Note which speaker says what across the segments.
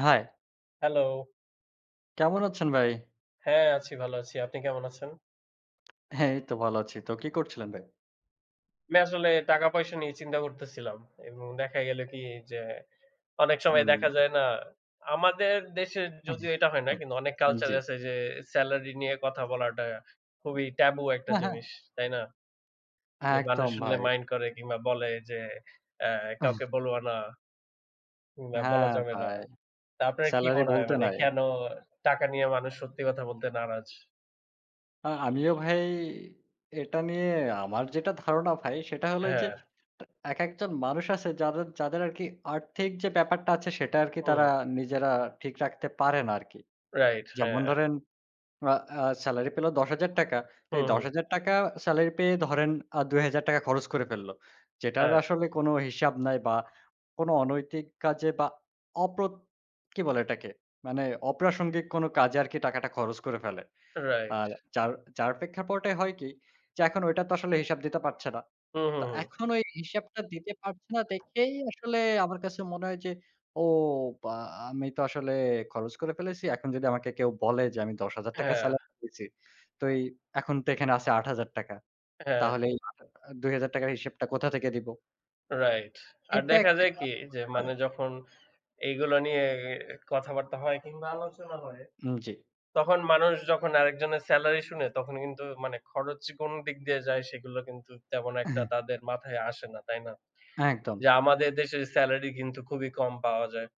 Speaker 1: High,
Speaker 2: hello.
Speaker 1: কেমন আছেন ভাই?
Speaker 2: হ্যাঁ, আছি ভালো আছি। আপনি কেমন আছেন?
Speaker 1: হ্যাঁ, এই তো ভালো আছি। তো কি করছিলেন ভাই?
Speaker 2: আমি আসলে টাকা-পয়সা নিয়ে চিন্তা করতেছিলাম এবং দেখা গেল কি যে, অনেক সময় দেখা
Speaker 1: হুম।
Speaker 2: যায় না আমাদের দেশে যদিও এটা হয় না কিন্তু অনেক কালচার
Speaker 1: জি।
Speaker 2: আছে যে সেলারি নিয়ে কথা বলাটা খুবই ট্যাবু একটা
Speaker 1: হ্যাঁ, হ্যাঁ।
Speaker 2: জিনিস, তাই না? যে মানুষ
Speaker 1: একদম
Speaker 2: শুনলে
Speaker 1: ভাই।
Speaker 2: মাইন্ড করে কিংবা বলে যে অ্যা কাউকে বলবা না কিংবা বলা
Speaker 1: হ্যাঁ,
Speaker 2: যাবে না।
Speaker 1: ভাই।
Speaker 2: তা আপনার কি
Speaker 1: সেলারি
Speaker 2: মনে হয়
Speaker 1: বলতে
Speaker 2: মানে
Speaker 1: নাই।
Speaker 2: কেন টাকা নিয়ে মানুষ সত্যি কথা বলতে নারাজ?
Speaker 1: আমিও ভাই এটা নিয়ে আমার যেটা ধারণা ভাই সেটা হলো এই যে
Speaker 2: হ্যাঁ,
Speaker 1: একেকজন মানুষ আছে যাদের যাদের আরকি আর্থিক যে ব্যাপারটা আছে সেটা আরকি
Speaker 2: হুম,
Speaker 1: তারা নিজেরা ঠিক রাখতে পারে না আরকি।
Speaker 2: রাইট,
Speaker 1: যেমন
Speaker 2: হ্যাঁ,
Speaker 1: ধরেন আ আ সেলারি পেল ৳১০,০০০। তো এই
Speaker 2: হুম, হুম,
Speaker 1: ৳১০,০০০ সেলারি পেয়ে ধরেন ৳২,০০০ খরচ করে ফেলল। যেটার
Speaker 2: হ্যাঁ।
Speaker 1: আসলে কোনো হিসাব নাই বা কোনো অনৈতিক কাজে বা অপ্র কি বলে এটাকে? মানে অপ্রাসঙ্গিক কোনো কাজে আরকি টাকাটা খরচ করে ফেলে।
Speaker 2: রাইট।
Speaker 1: আর যার যার প্রেক্ষাপটে হয় কি? যে এখন ওইটা তো আসলে হিসাব দিতে পারছে না।
Speaker 2: হুম,
Speaker 1: তো
Speaker 2: হুম, হুম।
Speaker 1: এখন ওই হিসাবটা দিতে পারছি না দেখেই আসলে আমার কাছে মনে হয় যে, "ও বা আমি তো আসলে খরচ করে ফেলেছি। এখন যদি আমাকে কেউ বলে যে আমি ৳১০,০০০
Speaker 2: হ্যাঁ,
Speaker 1: স্যালারি পেয়েছি। তো এই এখন তো এখানে আছে ৳৮,০০০,
Speaker 2: হ্যাঁ,
Speaker 1: তাহলে এই আ ৳২,০০০ র হিসেবটা কোথা থেকে দিব?"
Speaker 2: রাইট। আর
Speaker 1: এটা
Speaker 2: দেখা
Speaker 1: একটা
Speaker 2: যায় কি
Speaker 1: কারণ
Speaker 2: যে
Speaker 1: হতে পারে।
Speaker 2: মানে যখন এইগুলো নিয়ে এ কথাবার্তা হয় কিংবা আলোচনা হয়,
Speaker 1: উম জি।
Speaker 2: তখন মানুষ যখন আরেকজনের সেলারি শুনে তখন কিন্তু মানে খরচ কোন দিক দিয়ে যায় সেগুলো কিন্তু তেমন একটা তাদের মাথায় আসে না, তাই না?
Speaker 1: হ্যাঁ, একদম।
Speaker 2: যে আমাদের দেশের সেলারি কিন্তু খুবই কম পাওয়া যায়।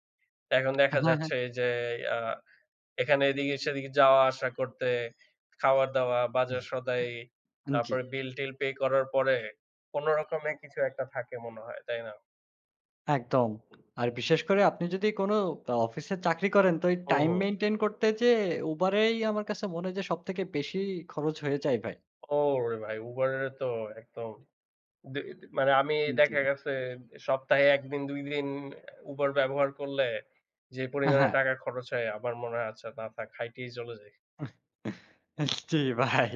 Speaker 2: এখন দেখা
Speaker 1: হ্যাঁ, হ্যাঁ।
Speaker 2: যাচ্ছে যে আ এখানে এদিকে সেদিকে যাওয়া আসা করতে, খাওয়া-দাওয়া, বাজার-সদাই,
Speaker 1: জি।
Speaker 2: তারপরে বিল-টিল পে করার পরে কোন রকমে কিছু একটা থাকে মনে হয়, তাই না?
Speaker 1: একদম। আর বিশেষ করে আপনি যদি কোনো অফিসে চাকরি করেন তো এই
Speaker 2: হুম,
Speaker 1: টাইম
Speaker 2: হুম।
Speaker 1: মেইনটেইন করতে যেয়ে Uber এই আমার কাছে মনে হয় যে সবথেকে বেশি খরচ হয়ে যায় ভাই।
Speaker 2: ওরে ভাই! Uber এর তো একদম দে দে মানে আমি
Speaker 1: আন জি।
Speaker 2: দেখা গেছে সপ্তাহে ১ দিন ২ দিন Uber ব্যবহার করলে যে পরিমাণে
Speaker 1: হ্যাঁ।
Speaker 2: টাকা খরচ হয় আমার মনে হয় আচ্ছা না থাক হাঁইটেই চলে যাই।
Speaker 1: জি ভাই।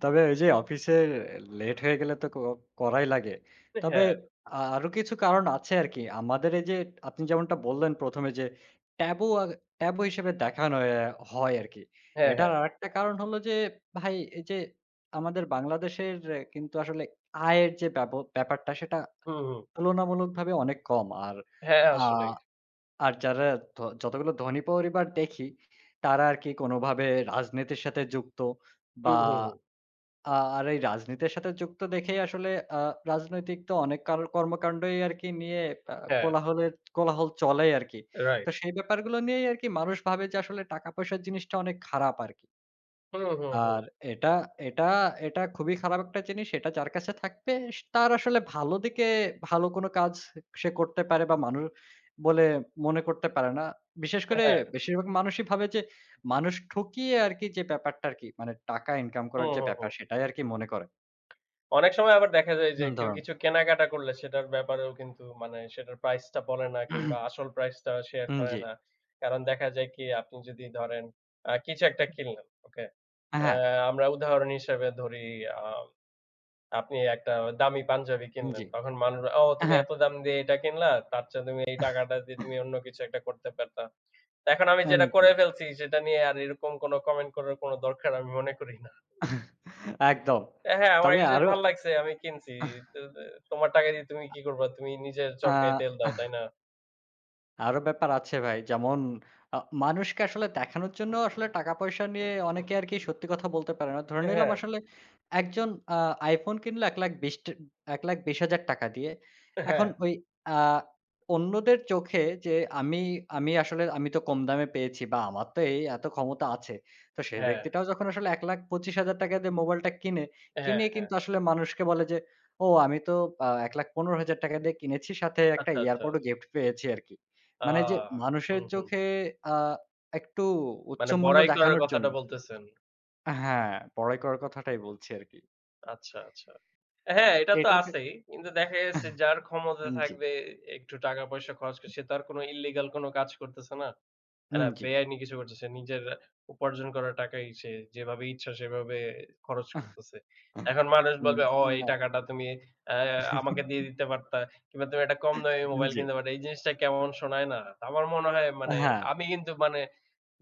Speaker 1: তবে ওই যে অফিসে লেট হয়ে গেলে তো করাই লাগে। তবে
Speaker 2: হ্যাঁ,
Speaker 1: আরো কিছু কারণ আছে আরকি। আমাদের এই যে আপনি যেমনটা বললেন ১ম এ যে ট্যাবু আ ট্যাবু হিসেবে দেখানো হয় আরকি।
Speaker 2: হ্যাঁ,
Speaker 1: এটার
Speaker 2: হ্যাঁ।
Speaker 1: আরেকটা কারণ হলো যে ভাই এই যে আমাদের বাংলাদেশের কিন্তু আসলে আয়ের যে ব্যাপারটা সেটা
Speaker 2: হুম, হুম।
Speaker 1: তুলনামূলকভাবে অনেক কম।
Speaker 2: হ্যাঁ,
Speaker 1: আ
Speaker 2: আসলেই।
Speaker 1: আর যারা যতগুলো ধনী পরিবার দেখি, তারা আরকি কোনোভাবে রাজনীতির সাথে যুক্ত
Speaker 2: হুম,
Speaker 1: বা
Speaker 2: হুম, হুম।
Speaker 1: আ আর এই রাজনীতির সাথে যুক্ত দেখেই আসলে আ রাজনৈতিক তো অনেক কর্মকাণ্ডই আরকি নিয়ে আ
Speaker 2: হ্যাঁ,
Speaker 1: কোলাহল চলেই আরকি। তো
Speaker 2: রাইট।
Speaker 1: সেই ব্যাপারগুলো নিয়েই আরকি মানুষ ভাবে যে আসলে টাকা-পয়সার জিনিসটা অনেক খারাপ আরকি।
Speaker 2: হুম, হুম, হুম।
Speaker 1: আর এটা এটা এটা খুবই খারাপ একটা জিনিস। এটা যার কাছে থাকবে তার আসলে ভালো দিকে ভালো কোনো কাজ সে করতে পারে বা মানুষ বলে মনে করতে পারে না। বিশেষ করে
Speaker 2: হ্যাঁ।
Speaker 1: বেশিরভাগ মানুষই ভাবে যে মানুষ ঠকিয়ে আরকি যে ব্যাপারটা আরকি মানে টাকা ইনকাম করার
Speaker 2: হুম,
Speaker 1: যে
Speaker 2: হুম,
Speaker 1: ব্যাপার
Speaker 2: হুম।
Speaker 1: সেটাই আরকি মনে করে।
Speaker 2: অনেক সময় আবার দেখা যায় যে
Speaker 1: হুম,
Speaker 2: কেউ
Speaker 1: ধরুন।
Speaker 2: কিছু কেনাকাটা করলে সেটার ব্যাপারেও কিন্তু মানে সেটার প্রাইসটা বলে না কিংবা আসল প্রাইসটা শেয়ার
Speaker 1: হুম,
Speaker 2: করে
Speaker 1: জি।
Speaker 2: না। কারণ দেখা যায় কি আপনি যদি ধরেন কিছু একটা কিনলেন, ওকে? আ
Speaker 1: হ্যাঁ,
Speaker 2: আমরা উদাহরণ হিসেবে ধরি আ আপনি একটা দামি পাঞ্জাবি কিনলেন।
Speaker 1: জি।
Speaker 2: তখন মানুষ, "ও তুমি
Speaker 1: হ্যাঁ,
Speaker 2: এত দাম দিয়ে এটা কিনলা, তার চেয়ে তুমি এই টাকাটা দিয়ে তুমি অন্য কিছু একটা করতে পারতা।" এখন আমি
Speaker 1: আন
Speaker 2: যেটা
Speaker 1: জি।
Speaker 2: করে ফেলছি সেটা নিয়ে আর এরকম কোন কমেন্ট করার কোন দরকার আমি মনে করি না।
Speaker 1: একদম।
Speaker 2: হ্যাঁ, আমার
Speaker 1: তবে
Speaker 2: একটা জিনিস
Speaker 1: আরো
Speaker 2: ভাল লাগছে। আমি কিনছি। তো তো তোমার টাকা দিয়ে তুমি কি করবা? তুমি নিজের চরকায় তেল
Speaker 1: আ
Speaker 2: দাও, তাই না?
Speaker 1: আরো ব্যাপার আছে ভাই। যেমন আ মানুষকে আসলে দেখানোর জন্য আসলে টাকা-পয়সা নিয়ে অনেকে আরকি সত্যি কথা বলতে পারে না। ধরে নিলাম
Speaker 2: হ্যাঁ,
Speaker 1: আসলে একজন আ iPhone কিনলো ৳১,২০,০০০ ৳১,২০,০০০ দিয়ে।
Speaker 2: হ্যাঁ,
Speaker 1: এখন ওই আ অন্যদের চোখে যে আমি আমি আসলে আমি তো কম দামে পেয়েছি বা আমার তো এই এত ক্ষমতা আছে। তো সেই
Speaker 2: হ্যাঁ,
Speaker 1: ব্যক্তিটাও যখন আসলে ৳১,২৫,০০০ দিয়ে মোবাইলটা কিনে,
Speaker 2: হ্যাঁ,
Speaker 1: কিনে
Speaker 2: হ্যাঁ।
Speaker 1: কিন্তু আসলে মানুষকে বলে যে, "ও আমি তো ৳১,১৫,০০০ দিয়ে কিনেছি সাথে একটা
Speaker 2: আচ্ছা, আচ্ছা।
Speaker 1: এয়ারপড ও গিফট পেয়েছি আরকি।"
Speaker 2: আ
Speaker 1: মানে যে মানুষের
Speaker 2: হুম, হুম।
Speaker 1: চোখে আ একটু উচ্চ
Speaker 2: মানে
Speaker 1: মূল্য
Speaker 2: বড়াই করার
Speaker 1: দেখানোর
Speaker 2: কথাটা
Speaker 1: জন্য।
Speaker 2: বলতেছেন।
Speaker 1: হ্যাঁ, বড়াই করার কথাটাই বলছি আরকি।
Speaker 2: আচ্ছা, আচ্ছা। হ্যাঁ,
Speaker 1: তো
Speaker 2: এটা তো
Speaker 1: এটাকে
Speaker 2: আছেই। কিন্তু দেখা গেছে যার ক্ষমতা
Speaker 1: জি,
Speaker 2: থাকবে একটু টাকা-পয়সা খরচ করে সে তো আর কোনো ইল্লিগাল কোনো কাজ করতেছে না। না,
Speaker 1: উম জি।
Speaker 2: বেআইনি কিছু করতেছে। নিজের উপার্জন করা টাকাই সে যেভাবে ইচ্ছা সেভাবে খরচ করতেছে। এখন মানুষ
Speaker 1: উম
Speaker 2: বলবে, "ও এই
Speaker 1: না।
Speaker 2: টাকাটা তুমি অ্যা আমাকে দিয়ে দিতে পারতা কিংবা তুমি একটা কম দামি মোবাইল
Speaker 1: জি,
Speaker 2: কিনতে পারতা।" এই জিনিসটা কেমন শোনায় না? তো আমার মনে হয় মানে
Speaker 1: হ্যাঁ,
Speaker 2: আমি কিন্তু মানে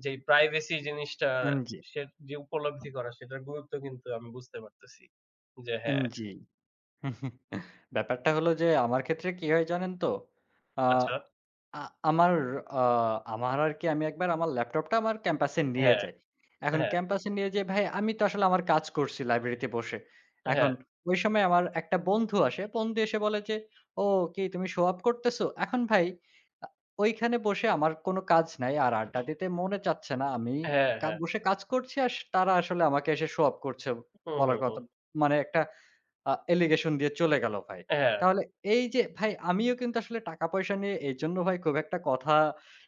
Speaker 2: যেই প্রাইভেসি জিনিসটা
Speaker 1: উম জি,
Speaker 2: সে যে উপলব্ধি করা সেটার গুরুত্ব কিন্তু আমি বুঝতে পারতেছি। যে
Speaker 1: উম
Speaker 2: হ্যাঁ,
Speaker 1: জি। ব্যাপারটা হলো যে আমার ক্ষেত্রে কি হয় জানেন তো? আ
Speaker 2: আচ্ছা,
Speaker 1: আ আমার আ আমার আরকি আমি একবার আমার ল্যাপটপটা আমার ক্যাম্পাসে নিয়ে
Speaker 2: হ্যাঁ,
Speaker 1: যাই। এখন
Speaker 2: হ্যাঁ,
Speaker 1: ক্যাম্পাসে নিয়ে যেয়ে ভাই আমি তো আসলে আমার কাজ করছি লাইব্রেরিতে বসে।
Speaker 2: হ্যাঁ,
Speaker 1: এখন ওই সময় আমার একটা বন্ধু আসে। বন্ধু এসে বলে যে, "ও কি তুমি শো অফ করতেছো?" এখন ভাই আ ওইখানে বসে আমার কোনো কাজ নাই। আর আড্ডা দিতে মনে চাচ্ছে না। আমি
Speaker 2: হ্যাঁ, হ্যাঁ।
Speaker 1: বসে কাজ করছি আর তারা আসলে আমাকে এসে শো অফ করছে
Speaker 2: হুম,
Speaker 1: বলার
Speaker 2: হুম,
Speaker 1: কথা।
Speaker 2: হুম।
Speaker 1: মানে একটা অ্যালিগেশন দিয়ে চলে গেল ভাই।
Speaker 2: হ্যাঁ,
Speaker 1: তাহলে এই যে ভাই আমিও কিন্তু আসলে টাকা পয়সা নিয়ে এইজন্য ভাই খুব একটা কথা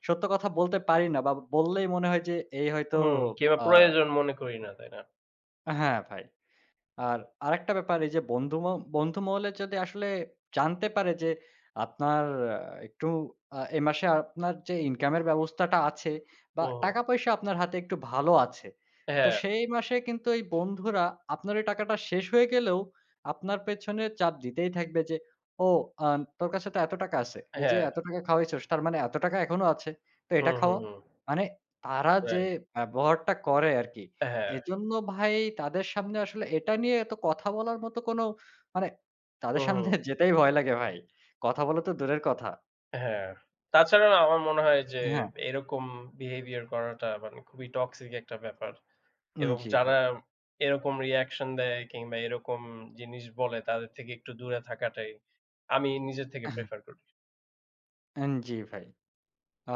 Speaker 1: সত্য কথা বলতে পারি না বা বললেই মনে হয় যে এই হয়তো
Speaker 2: হুম, কিংবা
Speaker 1: আ
Speaker 2: প্রয়োজন মনে করি না, তাই না?
Speaker 1: হ্যাঁ ভাই। আর আরেকটা ব্যাপার এই যে বন্ধু মহলে যদি আসলে জানতে পারে যে আপনার আ একটু এ মাসে আপনার যে ইনকামের ব্যবস্থাটা আছে বা
Speaker 2: হুম, হুম।
Speaker 1: টাকা-পয়সা আপনার হাতে একটু ভালো আছে। তো
Speaker 2: হ্যাঁ।
Speaker 1: সেই মাসে কিন্তু এই বন্ধুরা আপনার ওই টাকাটা শেষ হয়ে গেলেও আপনার পেছনে চাপ দিতেই থাকবে যে, "ও আ তোর কাছে তো এত টাকা আছে। এই যে
Speaker 2: হ্যাঁ,
Speaker 1: এত টাকা খাওয়াইছস, তার মানে এত টাকা এখনো আছে। তো
Speaker 2: হুম,
Speaker 1: এটা
Speaker 2: হুম,
Speaker 1: খাওয়া।"
Speaker 2: হুম।
Speaker 1: মানে তারা যে
Speaker 2: রাইট।
Speaker 1: ব্যবহারটা করে আরকি
Speaker 2: হ্যাঁ,
Speaker 1: এজন্য ভাই তাদের সামনে আসলে এটা নিয়ে এত কথা বলার মতো কোনো মানে তাদের
Speaker 2: হুম,
Speaker 1: সামনে
Speaker 2: হুম।
Speaker 1: যেতেই ভয় লাগে ভাই। কথা বলা তো দূরের কথা।
Speaker 2: হ্যাঁ। তাছাড়াও আমার মনে হয় যে
Speaker 1: হ্যাঁ।
Speaker 2: এরকম বিহেভিয়ার করাটা মানে খুবই টক্সিক একটা ব্যাপার।
Speaker 1: উম
Speaker 2: এবং
Speaker 1: জি ভাই।
Speaker 2: যারা এরকম রিঅ্যাকশন দেয় কিংবা এরকম জিনিস বলে তাদের থেকে একটু দূরে থাকাটাই আমি নিজের থেকে প্রেফার করি।
Speaker 1: উম জি ভাই।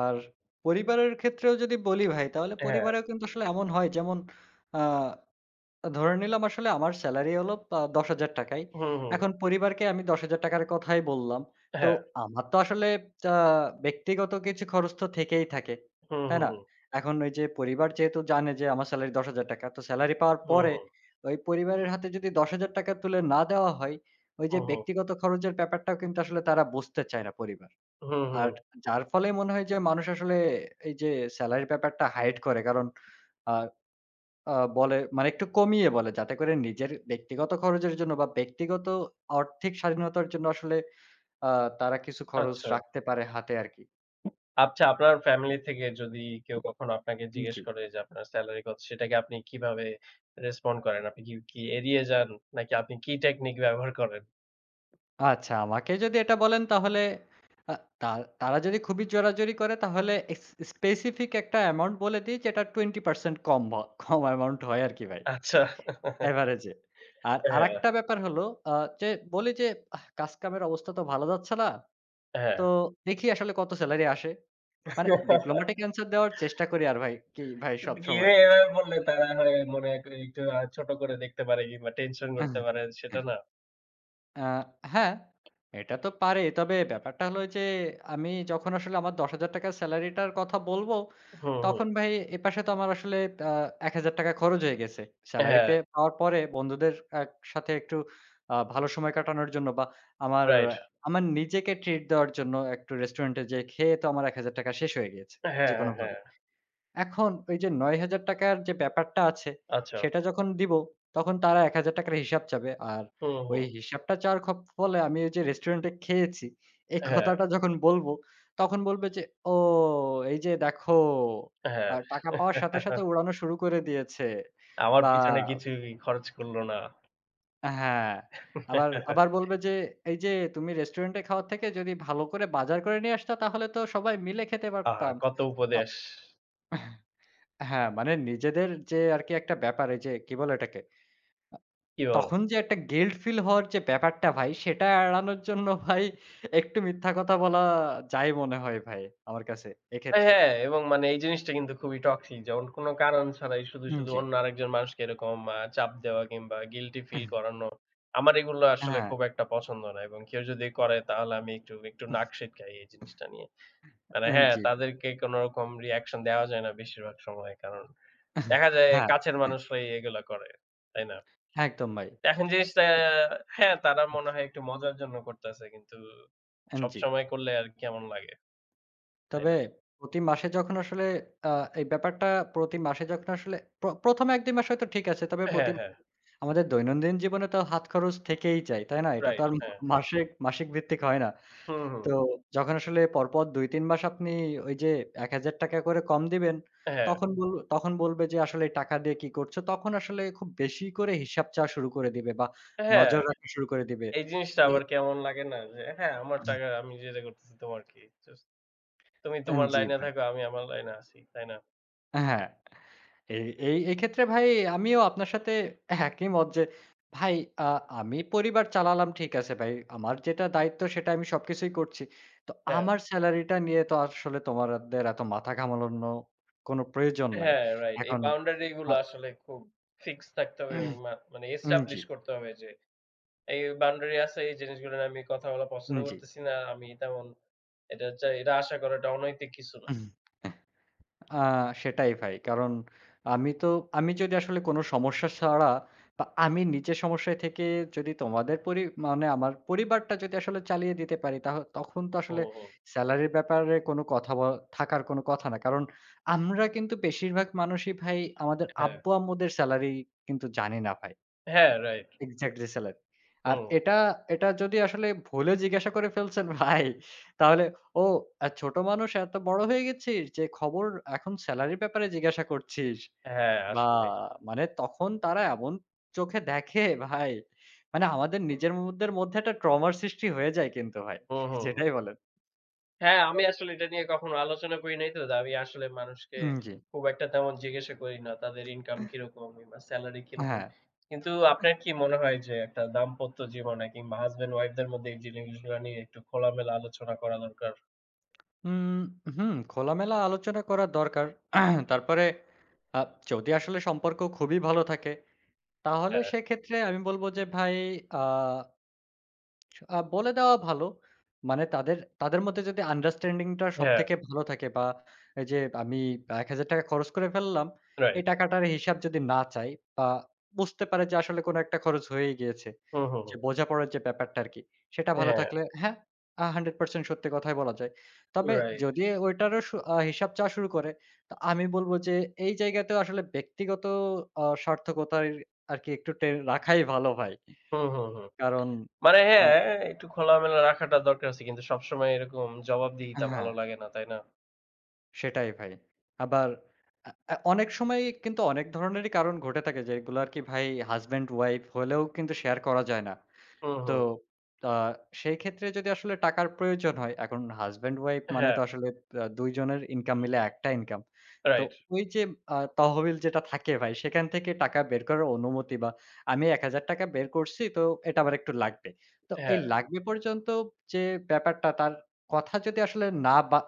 Speaker 1: আর পরিবারের ক্ষেত্রেও যদি বলি ভাই তাহলে
Speaker 2: হ্যাঁ,
Speaker 1: পরিবারেও কিন্তু আসলে এমন হয় যেমন আ ধরে নিলাম আসলে আমার সেলারি হলো ৳১০,০০০।
Speaker 2: হুম, হুম,
Speaker 1: এখন
Speaker 2: হুম।
Speaker 1: পরিবারকে আমি ৳১০,০০০ র কথাই বললাম। তো
Speaker 2: হ্যাঁ,
Speaker 1: আমার তো আসলে আ ব্যক্তিগত কিছু খরচ তো থেকেই থাকে।
Speaker 2: হুম,
Speaker 1: তাই না?
Speaker 2: হুম,
Speaker 1: এখন ওই যে পরিবার যেহেতু জানে যে আমার সেলারি ৳১০,০০০ তো সেলারি
Speaker 2: হুম,
Speaker 1: পাওয়ার
Speaker 2: হুম,
Speaker 1: পরে
Speaker 2: হুম,
Speaker 1: ওই পরিবারের হাতে যদি ৳১০,০০০ তুলে না দেওয়া হয়, ওই যে
Speaker 2: হুম, হুম,
Speaker 1: ব্যক্তিগত খরচের ব্যাপারটাও কিন্তু আসলে তারা বুঝতে চায় না পরিবার।
Speaker 2: হুম, হুম।
Speaker 1: আর যার ফলে মনে হয় যে মানুষ আসলে এই যে সেলারির ব্যাপারটা হাইড করে। কারণ আ আ বলে মানে একটু কমিয়ে বলে যাতে করে নিজের ব্যক্তিগত খরচের জন্য বা ব্যক্তিগত আর্থিক স্বাধীনতার জন্য আসলে আ তারা কিছু খরচ
Speaker 2: আচ্ছা।
Speaker 1: রাখতে পারে হাতে আরকি।
Speaker 2: আচ্ছা, আপনার ফ্যামিলি থেকে যদি কেউ কখনো আপনাকে জিজ্ঞেস
Speaker 1: জি।
Speaker 2: করে যে আপনার সেলারি কত, সেটাকে আপনি কিভাবে রেসপন্ড করেন? আপনি কি কি এড়িয়ে যান? নাকি আপনি কি টেকনিক ব্যবহার করেন?
Speaker 1: আচ্ছা, আমাকে যদি এটা বলেন তাহলে আ তা তারা যদি খুবই জোরাজুরি করে তাহলে স্পেসিফিক একটা অ্যামাউন্ট বলে দিই যেটা 20% কম অ্যামাউন্ট হয় আরকি ভাই।
Speaker 2: আচ্ছা।
Speaker 1: এভারেজে। আর
Speaker 2: হ্যাঁ,
Speaker 1: আরেকটা ব্যাপার হলো আ যে বলি যে আহ কাজ কামের অবস্থা তো ভালো যাচ্ছে না।
Speaker 2: হ্যাঁ।
Speaker 1: তো দেখি আসলে কত সেলারি আসে। মানে ডিপ্লোম্যাটিক অ্যান্সার দেওয়ার চেষ্টা করি আর ভাই। কি ভাই
Speaker 2: কিন্তু
Speaker 1: সবসময়।
Speaker 2: কিভাবে এভাবে বললে তারা হয় মনে হয় একটু ছোট করে দেখতে পারে কিংবা টেনশন
Speaker 1: আ
Speaker 2: করতে পারে সেটা না?
Speaker 1: হ্যাঁ, এটা তো পারে। তবে ব্যাপারটা হলো যে আমি যখন আসলে আমার ৳১০,০০০ সেলারিটার কথা বলব,
Speaker 2: হুম, হুম।
Speaker 1: তখন ভাই এপাশে তো আমার আসলে আ ৳১,০০০ খরচ হয়ে গেছে। সেলারি
Speaker 2: হ্যাঁ,
Speaker 1: পাওয়ার পরে বন্ধুদের এক সাথে একটু ভালো সময় কাটানোর জন্য বা আমার
Speaker 2: রাইট।
Speaker 1: আমার নিজেকে ট্রিট দেওয়ার জন্য একটু রেস্টুরেন্টে যেয়ে খেয়ে তো আমার ৳১,০০০ শেষ হয়ে গিয়েছে।
Speaker 2: হ্যাঁ,
Speaker 1: যেকোনোভাবে।
Speaker 2: হ্যাঁ।
Speaker 1: এখন ওই যে ৳৯,০০০ র যে ব্যাপারটা আছে,
Speaker 2: আচ্ছা।
Speaker 1: সেটা যখন দিব, তখন তারা ৳১,০০০ র হিসাব চাবে। আর
Speaker 2: হুম,
Speaker 1: ওই
Speaker 2: হুম।
Speaker 1: হিসাবটা চাওয়ার ফলে আমি ওই যে রেস্টুরেন্টে খেয়েছি, এই
Speaker 2: হ্যাঁ,
Speaker 1: কথাটা যখন বলব, তখন বলবে যে, "ও! এই যে দেখো,
Speaker 2: হ্যাঁ।
Speaker 1: টাকা পাওয়ার সাথে, সাথে উড়ানো শুরু করে দিয়েছে।"
Speaker 2: আমার
Speaker 1: বা
Speaker 2: পিছনে কিছুই খরচ করল না।
Speaker 1: হ্যাঁ, আবার আবার বলবে যে, "এই যে তুমি রেস্টুরেন্টে খাওয়ার থেকে যদি ভালো করে বাজার করে নিয়ে আসতা, তাহলে তো সবাই মিলে খেতে
Speaker 2: আহা!
Speaker 1: পারতাম।"
Speaker 2: কত
Speaker 1: ত
Speaker 2: উপদেশ।
Speaker 1: হ্যাঁ, মানে নিজেদের যে আরকি একটা ব্যাপার এই যে কি বলে এটাকে?
Speaker 2: কি বল?
Speaker 1: তখন যে একটা গিল্ট ফিল হওয়ার যে ব্যাপারটা ভাই সেটা এড়ানোর জন্য ভাই একটু মিথ্যা কথা বলা যায় মনে হয় ভাই আমার কাছে এক্ষেত্রে।
Speaker 2: হ্যাঁ, এবং মানে এই জিনিসটা কিন্তু খুবই টক্সিক। যেমন কোন কারণ ছাড়াই শুধু,
Speaker 1: উম
Speaker 2: শুধু
Speaker 1: জি।
Speaker 2: অন্য আরেকজন মানুষকে এরকম চাপ দেওয়া কিংবা গিল্টি ফিল করানো। আমার এগুলো আসলে
Speaker 1: হ্যাঁ,
Speaker 2: খুব একটা পছন্দ না এবং কেউ যদি করে তাহলে আমি একটু, একটু নাক সিটকাই এই জিনিসটা নিয়ে। মানে
Speaker 1: উম
Speaker 2: হ্যাঁ,
Speaker 1: জি ভাই।
Speaker 2: তাদেরকে কোনরকম রিঅ্যাকশন দেওয়া যায় না বেশিরভাগ সময়। কারণ দেখা যায়
Speaker 1: হ্যাঁ,
Speaker 2: কাছের মানুষরাই এগুলা করে। তাই না?
Speaker 1: একদম ভাই।
Speaker 2: এখন জিনিসটা হ্যাঁ, তারা মনে হয় একটু মজার জন্য করতেছে। কিন্তু
Speaker 1: উম জি।
Speaker 2: সবসময় করলে আর কেমন লাগে। তাই
Speaker 1: তবে
Speaker 2: না?
Speaker 1: প্রতি মাসে যখন আসলে আ এই ব্যাপারটা প্রতি মাসে যখন আসলে ১ম ১-২ মাস হয়তো ঠিক আছে। তবে প্রতি
Speaker 2: হ্যাঁ, হ্যাঁ।
Speaker 1: আমাদের দৈনন্দিন জীবনে তো হাত খরচ থেকেই যায়, তাই না? এটা তো
Speaker 2: রাইট,
Speaker 1: আর
Speaker 2: হ্যাঁ।
Speaker 1: মাসিক মাসিক ভিত্তিক হয় না।
Speaker 2: হুম, হুম।
Speaker 1: তো যখন আসলে পরপর ২-৩ মাস আপনি ওই যে ৳১,০০০ করে কম দিবেন,
Speaker 2: হ্যাঁ,
Speaker 1: তখন বলবে যে আসলে এই টাকা দিয়ে কি করছো? তখন আসলে খুব বেশি করে হিসাব চাওয়া শুরু করে দিবে বা
Speaker 2: হ্যাঁ।
Speaker 1: নজর রাখা শুরু করে দিবে।
Speaker 2: এই জিনিসটা
Speaker 1: যে
Speaker 2: আবার কেমন লাগে না? যে হ্যাঁ, আমার টাকা আমি যেটা করতেছি তোমার কি? জাস্ট তুমি তোমার
Speaker 1: জি
Speaker 2: লাইনে
Speaker 1: ভাই।
Speaker 2: থাকো, আমি আমার লাইনে আছি। তাই না?
Speaker 1: হ্যাঁ। এই এই এই ক্ষেত্রে ভাই আমিও আপনার সাথে একই মত যে ভাই আ আমি পরিবার চালালাম ঠিক আছে ভাই। আমার যেটা দায়িত্ব সেটা আমি সবকিছুই করছি। তো
Speaker 2: হ্যাঁ,
Speaker 1: আমার সেলারিটা নিয়ে তো আসলে তোমাদের এত মাথা ঘামানো কোনো প্রয়োজন নাই।
Speaker 2: হ্যাঁ, রাইট। এই
Speaker 1: এখন
Speaker 2: বাউন্ডারি গুলো
Speaker 1: আ
Speaker 2: আসলে খুব ফিক্স থাকতে হবে এবং মানে
Speaker 1: উম জি,
Speaker 2: এস্টাবলিশ করতে হবে যে এই বাউন্ডারি আছে, এই জিনিসগুলো নিয়ে আমি কথা বলা পছন্দ
Speaker 1: উম জি।
Speaker 2: করতেছি না। আমি তেমন এটা চাই এটা আশা করাটা অনৈতিক কিছু না।
Speaker 1: উম। আ সেটাই ভাই। কারণ আমি তো আমি যদি আসলে কোন সমস্যা ছাড়া বা আমি নিজে সমস্যায় থেকে যদি তোমাদের মানে আমার পরিবারটা যদি আসলে চালিয়ে দিতে পারি তখন তো আসলে
Speaker 2: হুম, হুম।
Speaker 1: সেলারির ব্যাপারে কোন কথা ব থাকার কোন কথা না। কারণ আমরা কিন্তু বেশিরভাগ মানুষই ভাই আমাদের
Speaker 2: হ্যাঁ,
Speaker 1: আব্বু-আম্মুদের সেলারি কিন্তু জানি না ভাই।
Speaker 2: হ্যাঁ, রাইট।
Speaker 1: Exactly salad. আর
Speaker 2: হুম।
Speaker 1: এটা, এটা যদি আসলে ভুলে জিজ্ঞাসা করে ফেলছেন ভাই, তাহলে "ও ছোট মানুষ এত বড় হয়ে গেছিস যে খবর এখন সেলারির ব্যাপারে জিজ্ঞাসা করছিস?"
Speaker 2: হ্যাঁ,
Speaker 1: বা
Speaker 2: আসলেই।
Speaker 1: মানে তখন তারা এমন চোখে দেখে ভাই, মানে আমাদের নিজেদের মধ্যে একটা ট্রমার সৃষ্টি হয়ে যায় কিন্তু ভাই।
Speaker 2: হুম, হুম, হুম।
Speaker 1: যেটাই বলেন।
Speaker 2: হ্যাঁ, আমি আসলে এটা নিয়ে কখনো আলোচনা করি নাই তো। আমি আসলে মানুষকে
Speaker 1: উম জি।
Speaker 2: খুব একটা তেমন জিজ্ঞাসা করি না। তাদের ইনকাম কিরকম কিংবা সেলারি কিরকম।
Speaker 1: হ্যাঁ।
Speaker 2: কিন্তু আপনার কি মনে হয় যে একটা দাম্পত্য জীবনে কিংবা হাসব্যান্ড ওয়াইফ দের মধ্যে এই জিনিসগুলা নিয়ে একটু খোলামেলা আলোচনা করা দরকার?
Speaker 1: উম হুম, খোলামেলা আলোচনা করা দরকার। তারপরে আ যদি আসলে সম্পর্ক খুবই ভালো থাকে তাহলে
Speaker 2: হ্যাঁ,
Speaker 1: সেক্ষেত্রে আমি বলব যে ভাই আ আ বলে দেওয়া ভালো। মানে তাদের, তাদের মধ্যে যদি আন্ডারস্ট্যান্ডিং টা
Speaker 2: হ্যাঁ,
Speaker 1: সবথেকে ভালো থাকে বা এই যে আমি ৳১,০০০ খরচ করে ফেললাম। এই
Speaker 2: রাইট।
Speaker 1: টাকাটার হিসাব যদি না চাই বা বুঝতে পারে যে আসলে কোনো একটা খরচ হয়েই গিয়েছে।
Speaker 2: হুম, হুম,
Speaker 1: যে
Speaker 2: হুম।
Speaker 1: বোঝাপড়ার যে ব্যাপারটা আরকি, সেটা ভালো
Speaker 2: হ্যাঁ,
Speaker 1: থাকলে হ্যাঁ, 100% সত্যি কথাই বলা যায়। তবে
Speaker 2: রাইট।
Speaker 1: যদি ওইটারও সু আ হিসাব চাওয়া শুরু করে, তো আমি বলব যে এই জায়গাতেও আসলে ব্যক্তিগত স্বার্থকতার আরকি একটু রাখাই ভালো ভাই।
Speaker 2: হুম, হুম, হুম।
Speaker 1: কারণ
Speaker 2: মানে
Speaker 1: আ
Speaker 2: হ্যাঁ, একটু খোলামেলা রাখাটা দরকার আছে। কিন্তু সবসময় এরকম জবাবদিহিতা ভালো
Speaker 1: হ্যাঁ।
Speaker 2: লাগে না, তাই না?
Speaker 1: সেটাই ভাই। আবার আ আ অনেক সময় কিন্তু অনেক ধরনেরই কারণ ঘটে থাকে যেগুলো আরকি ভাই হাসব্যান্ড ওয়াইফ হলেও কিন্তু শেয়ার করা যায় না।
Speaker 2: হুম,
Speaker 1: তো
Speaker 2: হুম।
Speaker 1: আ সেই ক্ষেত্রে যদি আসলে টাকার প্রয়োজন হয়, এখন হাসব্যান্ড ওয়াইফ মানে
Speaker 2: হ্যাঁ,
Speaker 1: তো আসলে ২ জনের ইনকাম মিলে একটা ইনকাম। তো
Speaker 2: রাইট।
Speaker 1: ওই যে তহবিল যেটা থাকে ভাই সেখান থেকে টাকা বের করার অনুমতি বা আমি ৳১,০০০ বের করছি তো এটা আমার একটু লাগবে। তো এই
Speaker 2: হ্যাঁ।
Speaker 1: লাগবে পর্যন্ত যে ব্যাপারটা তার কথা যদি আসলে না বা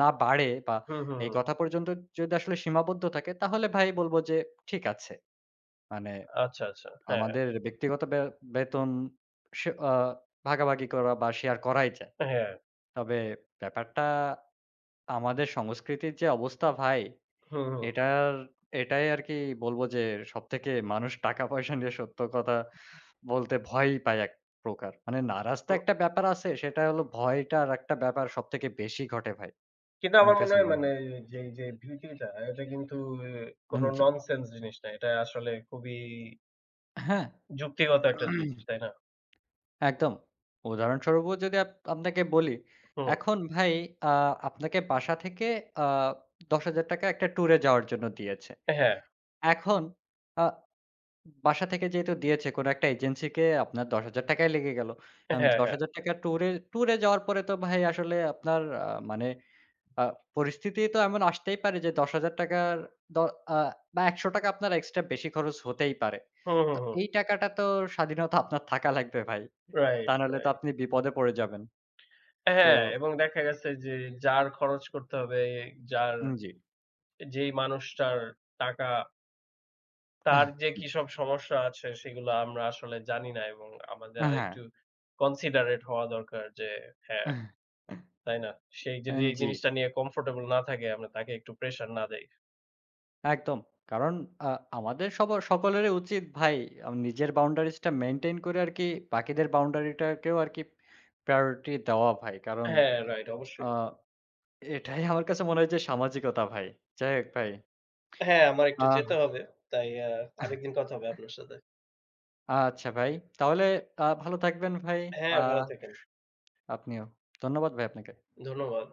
Speaker 1: না বাড়ে বা
Speaker 2: হুম, হুম,
Speaker 1: এই
Speaker 2: হুম।
Speaker 1: কথা পর্যন্ত যদি আসলে সীমাবদ্ধ থাকে তাহলে ভাই বলব যে ঠিক আছে। মানে
Speaker 2: আচ্ছা, আচ্ছা। হ্যাঁ,
Speaker 1: আমাদের ব্যক্তিগত বেতন সে আ ভাগাভাগি করা বা শেয়ার করাই যায়।
Speaker 2: হ্যাঁ।
Speaker 1: তবে ব্যাপারটা আমাদের সংস্কৃতির যে অবস্থা ভাই,
Speaker 2: হুম, হুম।
Speaker 1: এটার এটাই আরকি বলবো যে সবথেকে মানুষ টাকা-পয়সা নিয়ে সত্য কথা বলতে ভয়ই পায় প্রকার। মানে নারাজ তো
Speaker 2: উম,
Speaker 1: একটা ব্যাপার আছে, সেটা হলো ভয়টার একটা ব্যাপার সবথেকে বেশি ঘটে ভাই।
Speaker 2: কিন্তু আমার
Speaker 1: আমার
Speaker 2: মনে
Speaker 1: কাছে
Speaker 2: হয়
Speaker 1: মনে
Speaker 2: মানে
Speaker 1: হয়।
Speaker 2: যে, যে বিউটিটা এটা কিন্তু আহ,
Speaker 1: উম
Speaker 2: কোনো
Speaker 1: জি।
Speaker 2: ননসেন্স জিনিস না। এটা আসলে খুবই
Speaker 1: হ্যাঁ।
Speaker 2: যুক্তিগত একটা জিনিস, তাই না?
Speaker 1: একদম। উদাহরণস্বরূপও যদি আপনাকে বলি,
Speaker 2: হুম।
Speaker 1: এখন ভাই আ আপনাকে বাসা থেকে আ ৳১০,০০০ একটা ট্যুরে যাওয়ার জন্য দিয়েছে।
Speaker 2: হ্যাঁ,
Speaker 1: এখন আ বাসা থেকে যেহেতু দিয়েছে কোনো একটা এজেন্সিকে আপনার ৳১০,০০০ য় লেগে গেল। এখন
Speaker 2: হ্যাঁ, হ্যাঁ।
Speaker 1: ৳১০,০০০ ট্যুরে যাওয়ার পরে তো ভাই আসলে আপনার মানে আ পরিস্থিতি তো এমন আসতেই পারে যে ৳১০,০০০ র দ আ বা ৳১০০ আপনার এক্সট্রা বেশি খরচ হতেই পারে।
Speaker 2: হুম,
Speaker 1: তো
Speaker 2: হুম, হুম।
Speaker 1: এই টাকাটা তো স্বাধীনতা আপনার থাকা লাগবে ভাই। তা
Speaker 2: রাইট,
Speaker 1: নাহলে তো
Speaker 2: রাইট।
Speaker 1: আপনি বিপদে পড়ে যাবেন। তো
Speaker 2: হ্যাঁ, এবং দেখা গেছে যে যার খরচ করতে হবে, যার
Speaker 1: উম জি।
Speaker 2: যেই মানুষটার টাকা, তার যে কি সব সমস্যা আছে সেগুলো আমরা আসলে জানি না এবং আমাদের
Speaker 1: হ্যাঁ।
Speaker 2: আরেকটু কনসিডারেট হওয়া দরকার যে হ্যাঁ, তাই না? সেই যদি
Speaker 1: এন
Speaker 2: এই
Speaker 1: জি,
Speaker 2: জিনিসটা নিয়ে কমফোর্টেবল না থাকে আমরা তাকে একটু প্রেশার না দেই।
Speaker 1: একদম। কারণ আ আমাদের সব সকলেরই উচিত ভাই নিজের বাউন্ডারিজ টা মেইনটেইন করে আরকি বাকিদের বাউন্ডারিটাকেও আরকি প্রায়োরিটি দেওয়া ভাই। কারণ
Speaker 2: হ্যাঁ, রাইট
Speaker 1: আ
Speaker 2: অবশ্যই।
Speaker 1: এটাই আমার কাছে মনে হয় যে সামাজিকতা ভাই। যাই হোক ভাই।
Speaker 2: হ্যাঁ, আমার একটু
Speaker 1: আহ
Speaker 2: যেতে হবে। তাই আরেকদিন কথা হবে আপনার সাথে।
Speaker 1: আচ্ছা ভাই। তাহলে ভালো থাকবেন ভাই। আ
Speaker 2: হ্যাঁ, ভালো থাকেন।
Speaker 1: আপনিও। ধন্যবাদ ভাই আপনাকে।
Speaker 2: ধন্যবাদ।